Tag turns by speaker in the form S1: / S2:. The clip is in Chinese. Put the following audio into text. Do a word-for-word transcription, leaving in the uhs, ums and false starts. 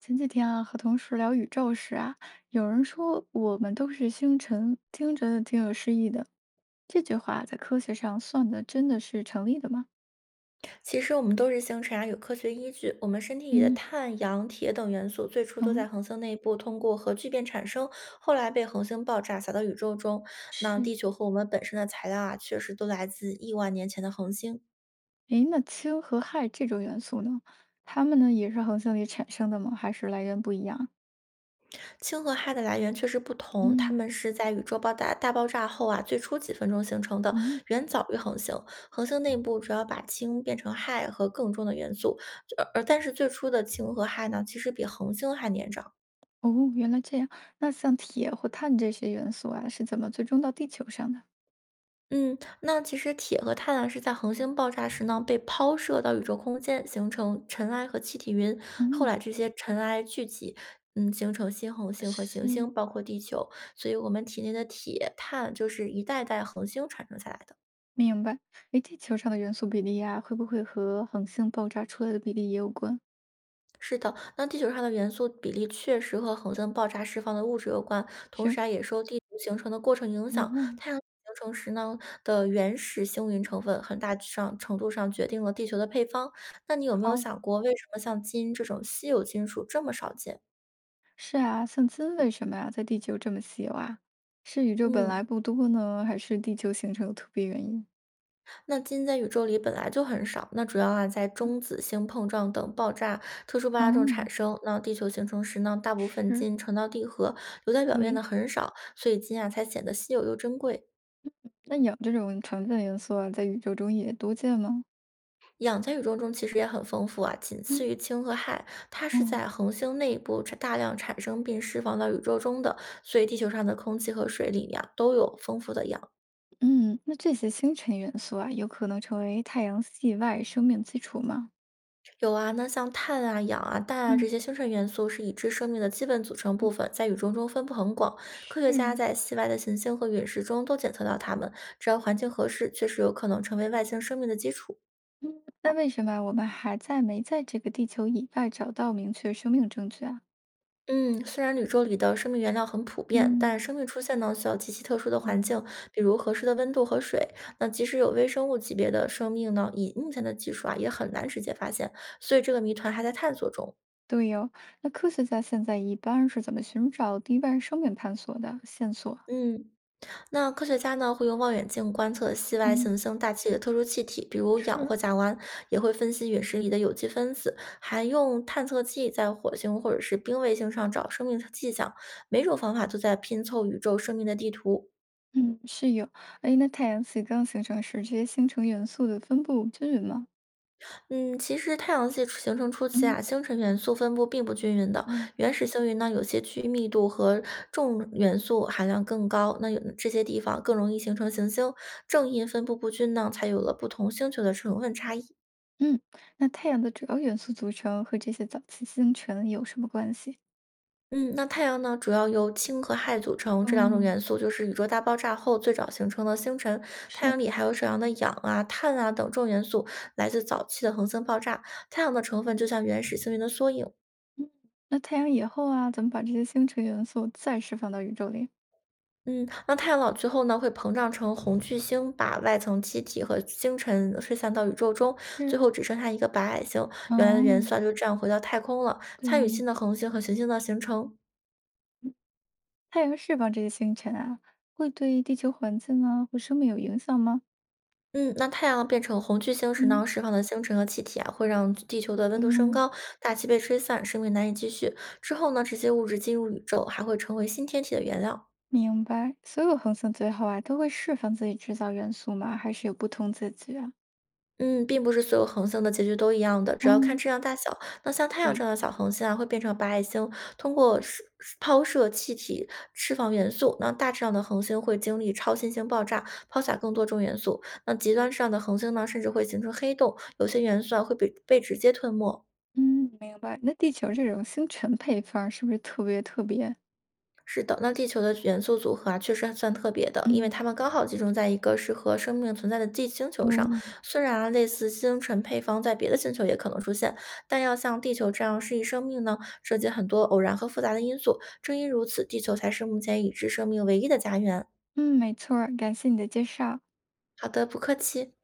S1: 前几天啊，和同事聊宇宙时啊，有人说我们都是星辰，听着挺有诗意的。这句话在科学上算的真的是成立的吗？
S2: 其实我们都是星辰啊有科学依据。我们身体里的
S1: 嗯。
S2: 碳、氧、铁等元素最初
S1: 哦。
S2: 都在恒星内部通过核聚变产生，后来被恒星爆炸洒到宇宙中。那
S1: 是。
S2: 地球和我们本身的材料啊，确实都来自亿万年前的恒星。
S1: 诶，那氢和氦这种元素呢，它们呢也是恒星里产生的吗？还是来源不一样？
S2: 氢和氦的来源确实不同，它
S1: 嗯。
S2: 们是在宇宙爆炸大爆炸后啊，最初几分钟形成的，
S1: 哦。
S2: 远早于恒星。恒星内部主要把氢变成氦和更重的元素，而而但是最初的氢和氦呢，其实比恒星还年长。
S1: 哦，原来这样。那像铁或碳这些元素啊，是怎么最终到地球上的？
S2: 嗯，那其实铁和碳啊是在恒星爆炸时呢被抛射到宇宙空间，形成尘埃和气体云。后
S1: 嗯。
S2: 来这些尘埃聚集，嗯，形成新恒星和行
S1: 是。
S2: 星，包括地球。所以我们体内的铁、碳就是一代代恒星传承下来的。
S1: 明白。诶，地球上的元素比例啊，会不会和恒星爆炸出来的比例也有关？
S2: 是的，那地球上的元素比例确实和恒星爆炸释放的物质有关，同
S1: 是。
S2: 时啊也受地球形成的过程影响。
S1: 哦。
S2: 太阳形成时呢的原始星云成分，很大上程度上决定了地球的配方。那你有没有
S1: 好。
S2: 想过，为什么像金这种稀有金属这么少见？
S1: 是啊。像氢为什么呀、在地球这么稀有啊？是宇宙本
S2: 嗯，
S1: 来不多呢，还是地球形成有特别原因？
S2: 那金在宇宙里本来就很少，那主要啊在中子星碰撞等爆炸、特殊爆炸中
S1: 哦。
S2: 产生。那地球形成时呢，大部分
S1: 是。
S2: 金沉到地核，留在表面
S1: 对。
S2: 的很少，所以金啊才显得稀有又珍贵。
S1: 那氧这种成分元素啊，在宇宙中也多见吗？
S2: 氧在宇宙中其实也很丰富啊，仅次
S1: 嗯。
S2: 于氢和氦，它是
S1: 哦。
S2: 在恒星内部产大量产生并释放到宇宙中的，所以地球上的空气和水里呀、都有丰富的氧。
S1: 嗯，那这些星辰元素啊，有可能成为太阳系外生命基础吗？
S2: 有啊，那像碳啊、氧啊、氮啊这
S1: 嗯。
S2: 些星辰元素是已知生命的基本组成
S1: 嗯。
S2: 部分，在宇宙中分布很广。科学家
S1: 是。
S2: 在系外的行星和陨石中都检测到它们，只要环境合适，确实有可能成为外星生命的基础。
S1: 嗯，那为什么我们还在没在这个地球以外找到明确生命证据啊？
S2: 嗯，虽然宇宙里的生命原料很普遍，
S1: 嗯。
S2: 但生命出现呢需要极其特殊的环
S1: 哦。
S2: 境，比如合适的温度和水。那即使有微生物级别的生命呢，以目前的技术啊，也很难直接发现，所以这个谜团还在探索中。
S1: 对哦，那科学家现在一般是怎么寻找地外生命探索的线索？
S2: 嗯，那科学家呢会用望远镜观测系外
S1: 嗯。
S2: 行星大气里的特殊气体，比如氧
S1: 是。
S2: 或甲烷，也会分析陨石里的有机分子，还用探测器在火星或者是冰卫星上找生命迹象。每种方法都在拼凑宇宙生命的地图。
S1: 嗯，是有。哎，那太阳系刚形成时，这些星辰元素的分布均匀吗？
S2: 嗯，其实太阳系形成初期
S1: 嗯。
S2: 啊，星辰元素分布并不均匀的。
S1: 哦。
S2: 原始星云呢，有些区域密度和重元素含量更高，那有这些地方更容易形成行星。正因分布不均呢，才有了不同星球的成分差异。
S1: 嗯，那太阳的主要元素组成和这些早期星辰有什么关系？
S2: 嗯，那太阳呢，主要由氢和氦组成，
S1: 哦。
S2: 这两种元素就是宇宙大爆炸后最早形成的星辰。太
S1: 是。
S2: 阳里还有少量的氧啊、碳啊等重元素，来自早期的恒星爆炸。太阳的成分就像原始星云的缩影。
S1: 嗯，那太阳以后啊，怎么把这些星辰元素再释放到宇宙里？
S2: 嗯，那太阳老最后呢，会膨胀成红巨星，把外层气体和星辰吹散到宇宙中，最
S1: 是。
S2: 后只剩下一个白矮星。原来的元
S1: 哦。
S2: 素啊就这样回到太空了，参与
S1: 对。
S2: 新的恒星和行星的形成。
S1: 嗯太阳释放这些星辰啊，会对地球环境啊或生命有影响吗？
S2: 嗯，那太阳变成红巨星时呢，
S1: 嗯。
S2: 释放的星辰和气体啊，会让地球的温度升
S1: 嗯。
S2: 高，大气被吹散，生命难以继续。之后呢，这些物质进入宇宙，还会成为新天体的原料。
S1: 明白。所有恒星最后啊，都会释放自己制造元素吗？还是有不同结局啊？
S2: 嗯，并不是所有恒星的结局都一样的，只要看
S1: 嗯。
S2: 质量大小。那像太阳
S1: 对。
S2: 这样的小恒星啊，会变成白矮星，通过释抛射气体释放元素。那大质量的恒星会经历超新星爆炸，抛洒更多重元素。那极端质量的恒星呢，甚至会形成黑洞，有些元素啊会被被直接吞没。
S1: 嗯。明白。那地球这种星辰配方是不是特别特别？
S2: 是的，那地球的元素组合啊，确实还算特别的，因
S1: 嗯。
S2: 为它们刚好集中在一个适合生命存在的地星
S1: 哦。
S2: 球上。虽然啊类似星辰配方在别的星球也可能出现，但要像地球这样适应生命呢，涉及很多偶然和复杂的因素。正因如此，地球才是目前已知生命唯一的家园。
S1: 嗯，没错儿，感谢你的介绍。
S2: 好的，不客气。